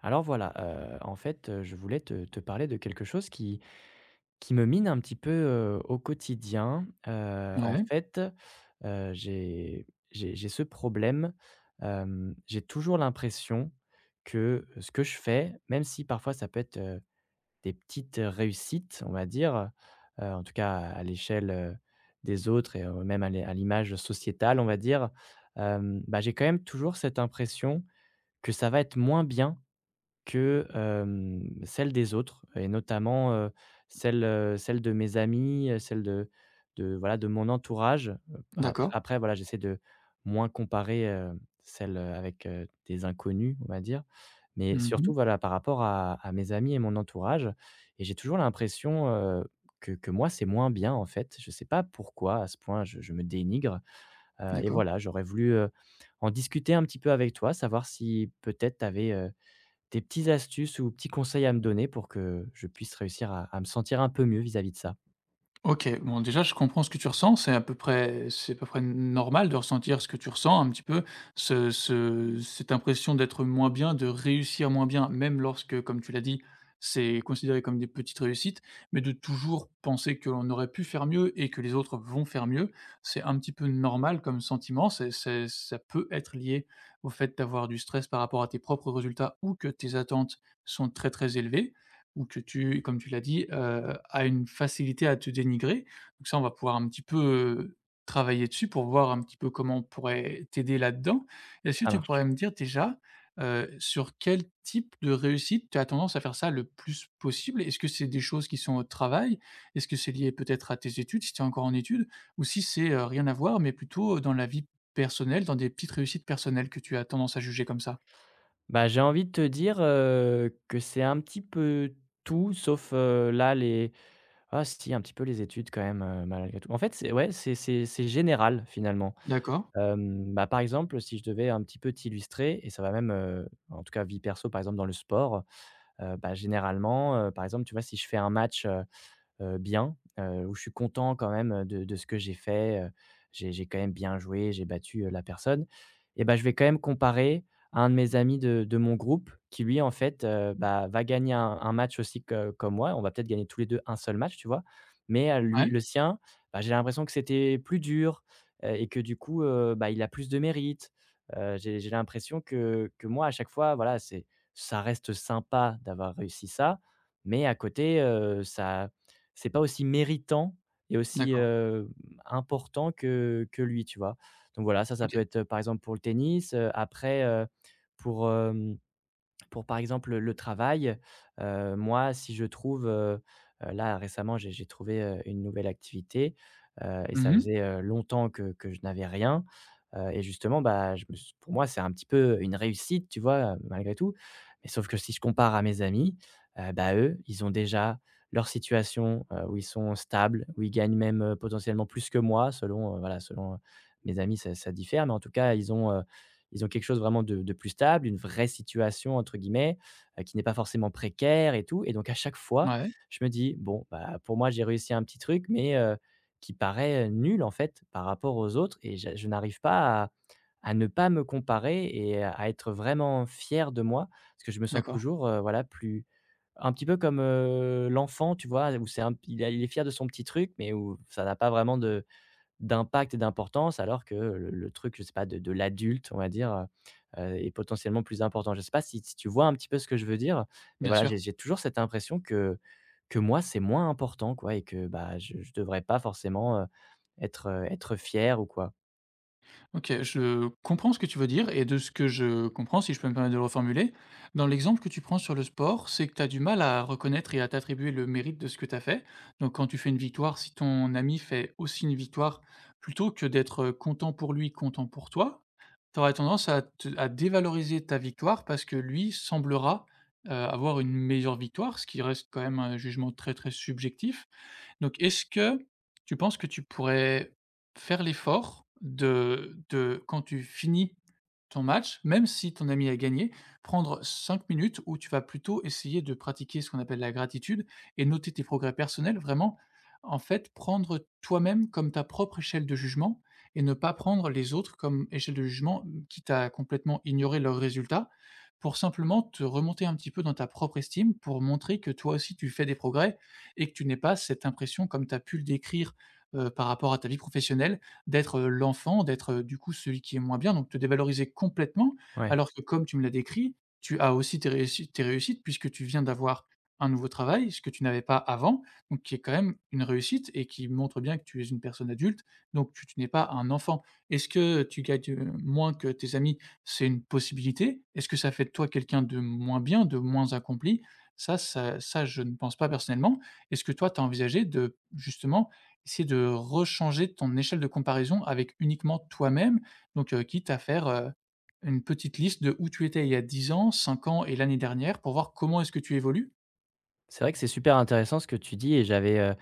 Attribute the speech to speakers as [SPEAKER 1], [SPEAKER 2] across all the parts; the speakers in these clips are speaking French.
[SPEAKER 1] Alors voilà, en fait, je voulais te parler de quelque chose qui me mine un petit peu, au quotidien. En
[SPEAKER 2] Ouais,
[SPEAKER 1] fait, j'ai ce problème, j'ai toujours l'impression que ce que je fais, même si parfois ça peut être, des petites réussites, on va dire, en tout cas à l'échelle, des autres et même à l'é à l'image sociétale, on va dire, bah, j'ai quand même toujours cette impression que ça va être moins bien que, celles des autres et notamment, celles, celles de mes amis, celles de voilà, de mon entourage, ap
[SPEAKER 2] d'accord.
[SPEAKER 1] après voilà, j'essaie de moins comparer, celles, avec, des inconnus, on va dire, mais surtout
[SPEAKER 2] Mmh.
[SPEAKER 1] voilà, par rapport à mes amis et mon entourage et j'ai toujours l'impression, que moi, c'est moins bien, en fait. Je ne sais pas pourquoi à ce point je me dénigre, et
[SPEAKER 2] D'accord.
[SPEAKER 1] voilà, j'aurais voulu, en discuter un petit peu avec toi, savoir si peut-être tu avais, des petites astuces ou petits conseils à me donner pour que je puisse réussir à me sentir un peu mieux vis-à-vis de ça?
[SPEAKER 2] OK, bon déjà je comprends ce que tu ressens, c'est à peu près normal de ressentir ce que tu ressens un petit peu, ce ce cette impression d'être moins bien, de réussir moins bien, même lorsque, comme tu l'as dit, c'est considéré comme des petites réussites, mais de toujours penser que l'on aurait pu faire mieux et que les autres vont faire mieux. C'est un petit peu normal comme sentiment, c'est ça peut être lié au fait d'avoir du stress par rapport à tes propres résultats ou que tes attentes sont très, très élevées. Ou que tu comme tu l'as dit, a une facilité à te dénigrer. Donc ça, on va pouvoir un petit peu, heu, travailler dessus pour voir un petit peu comment on pourrait t'aider là-dedans. Est-ce que
[SPEAKER 1] Ça
[SPEAKER 2] tu pourrais
[SPEAKER 1] marche.
[SPEAKER 2] me dire déjà, sur quel type de réussite tu as tendance à faire ça le plus possible? Est-ce que c'est des choses qui sont au travail? Est-ce que c'est lié peut-être à tes études, si tu es encore en études? Ou si c'est, rien à voir, mais plutôt, dans la vie personnelle, dans des petites réussites personnelles que tu as tendance à juger comme ça?
[SPEAKER 1] Bah, j'ai envie de te dire, que c'est un petit peu tout sauf, là les ah si, un petit peu les études quand même, malgré tout. En fait, c'est ouais, c'est général finalement.
[SPEAKER 2] D'accord.
[SPEAKER 1] Bah, par exemple, si je devais un petit peu t'illustrer et ça va même, en tout cas vie perso, par exemple dans le sport, bah, généralement, par exemple, tu vois, si je fais un match, bien, où je suis content quand même de ce que j'ai fait, j'ai quand même bien joué, j'ai battu, la personne et ben je vais quand même comparer à un de mes amis de mon groupe qui lui, en fait, bah, va gagner un match aussi que comme moi. On va peut-être gagner tous les deux un seul match, tu vois? Mais, lui
[SPEAKER 2] Ouais,
[SPEAKER 1] le sien, bah, j'ai l'impression que c'était plus dur, et que du coup, bah, il a plus de mérite. J'ai l'impression que moi, à chaque fois, voilà, c'est ça reste sympa d'avoir réussi ça, mais à côté, ça c'est pas aussi méritant et aussi,
[SPEAKER 2] d'accord.
[SPEAKER 1] important que lui, tu vois? Donc voilà, ça peut
[SPEAKER 2] OK.
[SPEAKER 1] être, par exemple, pour le tennis, après, pour, hem pour par exemple, le travail, moi, si je trouve, là récemment, j'ai trouvé, une nouvelle activité, et ça
[SPEAKER 2] Mmh.
[SPEAKER 1] faisait, longtemps que je n'avais rien, et justement, bah, je me s pour moi, c'est un petit peu une réussite, tu vois, malgré tout. Mais sauf que si je compare à mes amis, bah, eux, ils ont déjà leur situation, où ils sont stables, où ils gagnent même, potentiellement plus que moi selon, voilà, selon, mes amis, ça diffère, mais en tout cas, ils ont quelque chose vraiment de plus stable, une «vraie situation» entre guillemets, qui n'est pas forcément précaire et tout et donc à chaque fois,
[SPEAKER 2] Ouais,
[SPEAKER 1] je me dis: «Bon, bah, pour moi, j'ai réussi un petit truc mais qui paraît, nul en fait par rapport aux autres» et je n'arrive pas à à ne pas me comparer et à être vraiment fier de moi. Parce que je me sens
[SPEAKER 2] d'accord.
[SPEAKER 1] toujours, voilà, plus un petit peu comme, l'enfant, tu vois? Où c'est un il est fier de son petit truc mais où ça n'a pas vraiment de d'impact et d'importance, alors que le truc, je sais pas, de l'adulte, on va dire, est potentiellement plus important. Je sais pas si tu vois un petit peu ce que je veux dire? Mais
[SPEAKER 2] Bien
[SPEAKER 1] voilà,
[SPEAKER 2] sûr.
[SPEAKER 1] j'ai toujours cette impression que moi, c'est moins important, quoi et que, bah, je devrais pas forcément, être, être fier ou quoi.
[SPEAKER 2] OK, je comprends ce que tu veux dire et de ce que je comprends, si je peux me permettre de le reformuler, dans l'exemple que tu prends sur le sport, c'est que tu as du mal à reconnaître et à t'attribuer le mérite de ce que tu as fait. Donc quand tu fais une victoire, si ton ami fait aussi une victoire, plutôt que d'être, content pour lui, content pour toi, tu aurais tendance à te à dévaloriser ta victoire parce que lui semblera, avoir une meilleure victoire, ce qui reste quand même un jugement très, très subjectif. Donc est-ce que tu penses que tu pourrais faire l'effort de quand tu finis ton match, même si ton ami a gagné, prendre 5 minutes où tu vas plutôt essayer de pratiquer ce qu'on appelle la gratitude et noter tes progrès personnels, vraiment, en fait, prendre toi-même comme ta propre échelle de jugement et ne pas prendre les autres comme échelle de jugement, quitte à complètement ignorer leurs résultats, pour simplement te remonter un petit peu dans ta propre estime, pour montrer que toi aussi tu fais des progrès et que tu n'aies pas cette impression, comme tu as pu le décrire, par rapport à ta vie professionnelle, d'être, l'enfant, d'être, du coup, celui qui est moins bien, donc te dévaloriser complètement.
[SPEAKER 1] Ouais.
[SPEAKER 2] Alors que comme tu me l'as décrit, tu as aussi tes réussi tes réussites puisque tu viens d'avoir un nouveau travail, ce que tu n'avais pas avant, donc qui est quand même une réussite et qui montre bien que tu es une personne adulte, donc tu n'es pas un enfant. Est-ce que tu gagnes, moins que tes amis? C'est une possibilité. Est-ce que ça fait de toi quelqu'un de moins bien, de moins accompli? Ça, je ne pense pas personnellement, est-ce que toi, tu as envisagé de justement essayer de rechanger ton échelle de comparaison avec uniquement toi-même? Donc, quitte à faire, une petite liste de où tu étais il y a 10 ans, 5 ans et l'année dernière pour voir comment est-ce que tu évolues?
[SPEAKER 1] C'est vrai que c'est super intéressant ce que tu dis et j'avais,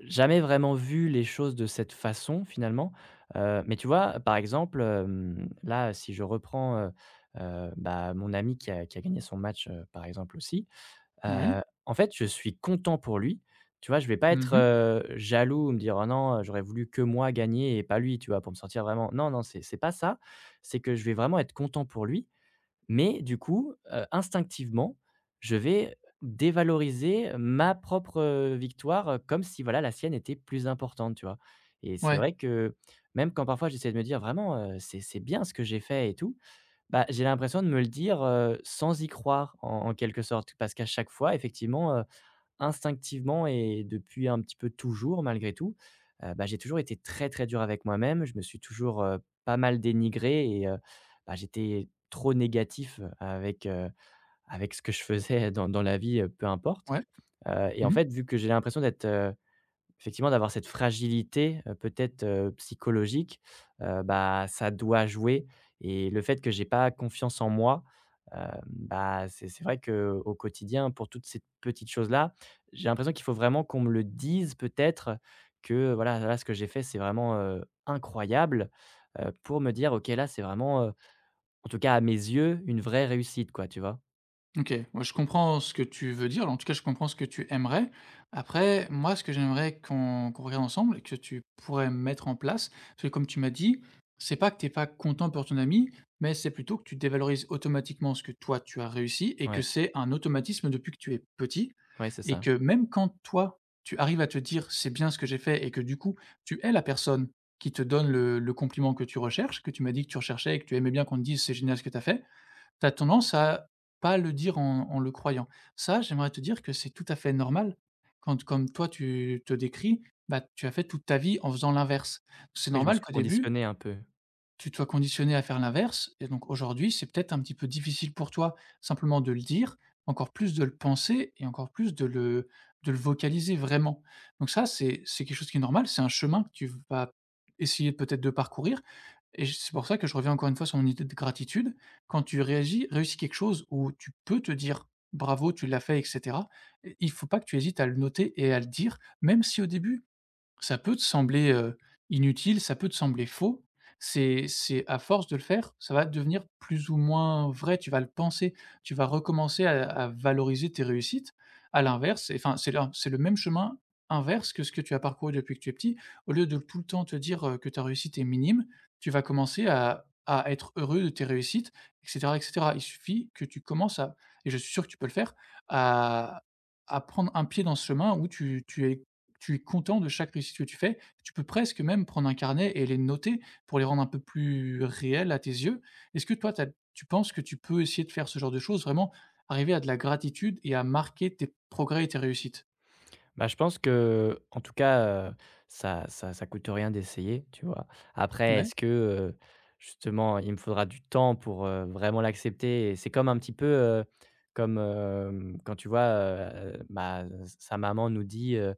[SPEAKER 1] jamais vraiment vu les choses de cette façon finalement, mais tu vois, par exemple, là, si je reprends, bah, mon ami qui a gagné son match, par exemple aussi,
[SPEAKER 2] Ouais.
[SPEAKER 1] en fait, je suis content pour lui, tu vois? Je vais pas être,
[SPEAKER 2] Mmh.
[SPEAKER 1] jaloux ou me dire: «Oh non, j'aurais voulu que moi gagner et pas lui», tu vois? Pour me sentir vraiment non, non, c'est pas ça, c'est que je vais vraiment être content pour lui mais du coup, instinctivement, je vais dévaloriser ma propre, victoire, comme si voilà la sienne était plus importante, tu vois? Et c'est
[SPEAKER 2] Ouais.
[SPEAKER 1] vrai que même quand parfois j'essaie de me dire: «Vraiment, c'est bien ce que j'ai fait et tout», bah, j'ai l'impression de me le dire, sans y croire en quelque sorte. Parce qu'à chaque fois effectivement, instinctivement et depuis un petit peu toujours malgré tout, bah, j'ai toujours été très, très dur avec moi-même. Je me suis toujours, pas mal dénigré et bah, j'étais trop négatif, avec, avec ce que je faisais dans la vie, peu importe.
[SPEAKER 2] Ouais.
[SPEAKER 1] Et en
[SPEAKER 2] Mmh.
[SPEAKER 1] fait, vu que j'ai l'impression d'être, effectivement, d'avoir cette fragilité, peut-être, psychologique, bah, ça doit jouer et le fait que j'ai pas confiance en moi, bah, c'est vrai que au quotidien, pour toutes ces petites choses-là, j'ai l'impression qu'il faut vraiment qu'on me le dise peut-être que voilà, là, ce que j'ai fait, c'est vraiment, incroyable, pour me dire: «OK, là, c'est vraiment, en tout cas à mes yeux, une vraie réussite», quoi, tu vois?
[SPEAKER 2] OK, ouais, je comprends ce que tu veux dire, en tout cas, je comprends ce que tu aimerais. Après, moi, ce que j'aimerais qu'on regarde ensemble et que tu pourrais mettre en place, parce que comme tu m'as dit, c'est pas que t'es pas content pour ton ami, mais c'est plutôt que tu dévalorises automatiquement ce que toi, tu as réussi et que
[SPEAKER 1] Ouais,
[SPEAKER 2] c'est un automatisme depuis que tu es petit
[SPEAKER 1] ouais, c'est
[SPEAKER 2] et
[SPEAKER 1] ça.
[SPEAKER 2] que même quand toi, tu arrives à te dire: «C'est bien ce que j'ai fait» et que du coup, tu es la personne qui te donne le compliment que tu recherches, que tu m'as dit que tu recherchais et que tu aimais bien qu'on te dise: «C'est génial ce que tu as fait», tu as tendance à pas le dire en le croyant. Ça, j'aimerais te dire que c'est tout à fait normal quand comme toi tu te décris, bah, tu as fait toute ta vie en faisant l'inverse. C'est
[SPEAKER 1] Oui, je me
[SPEAKER 2] normal
[SPEAKER 1] suis
[SPEAKER 2] qu'au début,
[SPEAKER 1] conditionné un peu.
[SPEAKER 2] tu te sois conditionné à faire l'inverse. Et donc aujourd'hui, c'est peut-être un petit peu difficile pour toi simplement de le dire, encore plus de le penser et encore plus de de le vocaliser vraiment. Donc ça, c'est quelque chose qui est normal, c'est un chemin que tu vas essayer peut-être de parcourir. Et c'est pour ça que je reviens encore une fois sur mon idée de gratitude. Quand tu réagis, réussis quelque chose où tu peux te dire bravo, tu l'as fait, etc., il ne faut pas que tu hésites à le noter et à le dire, même si au début, ça peut te sembler, inutile, ça peut te sembler faux. C'est à force de le faire, ça va devenir plus ou moins vrai, tu vas le penser, tu vas recommencer à valoriser tes réussites. À l'inverse, et enfin, c'est la c'est le même chemin inverse que ce que tu as parcouru depuis que tu es petit. Au lieu de tout le temps te dire, que ta réussite est minime, tu vas commencer à être heureux de tes réussites et cetera et cetera. Il suffit que tu commences à et je suis sûr que tu peux le faire, à à prendre un pied dans ce chemin où tu tu es content de chaque réussite que tu fais. Tu peux presque même prendre un carnet et les noter pour les rendre un peu plus réels à tes yeux. Est-ce que toi, tu penses que tu peux essayer de faire ce genre de choses, vraiment arriver à de la gratitude et à marquer tes progrès et tes réussites?
[SPEAKER 1] Bah, je pense que, en tout cas, ça coûte rien d'essayer, tu vois? Après
[SPEAKER 2] Ouais.
[SPEAKER 1] est-ce que, justement, il me faudra du temps pour, vraiment l'accepter et c'est comme un petit peu, comme, quand tu vois, bah, sa maman nous dit, heu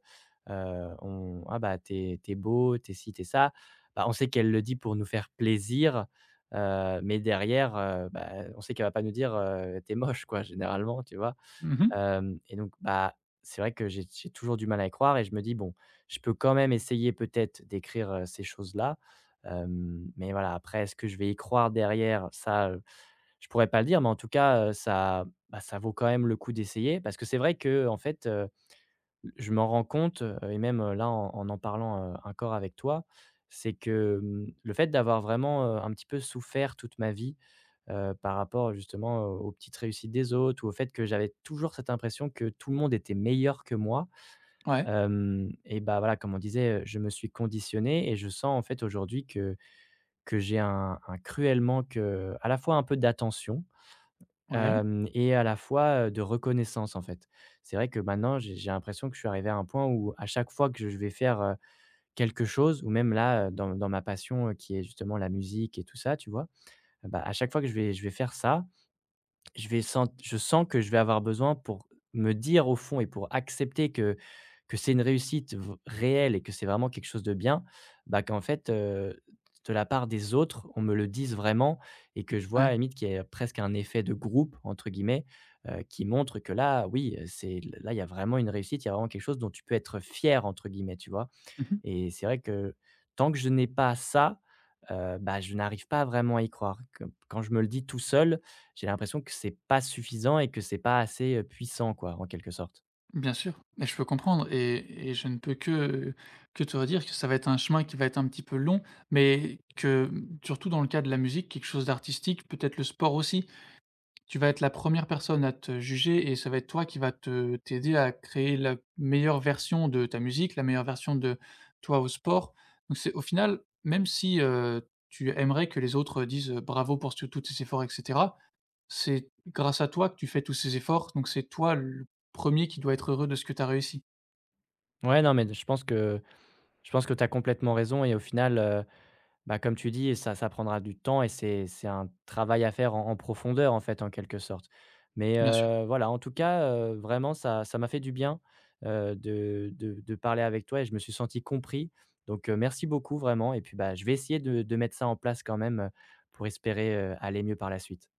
[SPEAKER 1] heu, on: «Ah bah, t'es, t'es beau, t'es ci, t'es ça». Bah, on sait qu'elle le dit pour nous faire plaisir, mais derrière, bah, on sait qu'elle va pas nous dire, «Tu moche», quoi, généralement, tu vois?
[SPEAKER 2] Mmh.
[SPEAKER 1] Hem et donc bah, c'est vrai que j'ai toujours du mal à y croire et je me dis: «Bon, je peux quand même essayer peut-être d'écrire, ces choses-là». Hem, mais voilà, après est-ce que je vais y croire derrière? Ça, je pourrais pas le dire, mais en tout cas, ça, bah, ça vaut quand même le coup d'essayer parce que c'est vrai que, en fait, je m'en rends compte, et même, là en parlant, encore avec toi, c'est que, mmh, le fait d'avoir vraiment, un petit peu souffert toute ma vie, par rapport justement aux petites réussites des autres ou au fait que j'avais toujours cette impression que tout le monde était meilleur que moi.
[SPEAKER 2] Ouais.
[SPEAKER 1] Hem et bah, voilà, comme on disait, je me suis conditionné et je sens en fait aujourd'hui que j'ai un cruel manque, à la fois un peu d'attention,
[SPEAKER 2] Ouais.
[SPEAKER 1] hem et à la fois, de reconnaissance, en fait. C'est vrai que maintenant j'ai l'impression que je suis arrivé à un point où à chaque fois que je vais faire, quelque chose ou même là, dans ma passion, qui est justement la musique et tout ça, tu vois? Bah, à chaque fois que je vais faire ça, je sens que je vais avoir besoin pour me dire au fond et pour accepter que c'est une réussite v réelle et que c'est vraiment quelque chose de bien, bah, qu'en fait, de la part des autres, on me le dise vraiment et que je vois à
[SPEAKER 2] Ouais.
[SPEAKER 1] la limite qu'il y a presque un «effet de groupe» entre guillemets, qui montre que là, oui, c'est là, il y a vraiment une réussite, il y a vraiment quelque chose dont tu peux être «fier» entre guillemets, tu vois?
[SPEAKER 2] Mmh.
[SPEAKER 1] Et c'est vrai que tant que je n'ai pas ça, bah, je n'arrive pas vraiment à y croire. Que quand je me le dis tout seul, j'ai l'impression que c'est pas suffisant et que c'est pas assez, puissant quoi, en quelque sorte.
[SPEAKER 2] Bien sûr. Mais je peux comprendre et je ne peux que te redire que ça va être un chemin qui va être un petit peu long, mais que, mmh, surtout dans le cas de la musique, quelque chose d'artistique, peut-être le sport aussi. Tu vas être la première personne à te juger et ça va être toi qui va te t'aider à créer la meilleure version de ta musique, la meilleure version de toi au sport. Donc c'est au final, même si, tu aimerais que les autres disent, «Bravo pour ce tous tes efforts» et cetera, c'est grâce à toi que tu fais tous ces efforts, donc c'est toi le premier qui doit être heureux de ce que tu as réussi,
[SPEAKER 1] Ouais, non, mais je pense que tu as complètement raison et au final, bah, comme tu dis, ça prendra du temps et c'est un travail à faire en profondeur, en fait, en quelque sorte. Mais
[SPEAKER 2] bien sûr.
[SPEAKER 1] voilà, en tout cas, vraiment ça m'a fait du bien, de parler avec toi et je me suis senti compris. Donc, merci beaucoup vraiment et puis, bah, je vais essayer de mettre ça en place quand même, pour espérer, aller mieux par la suite.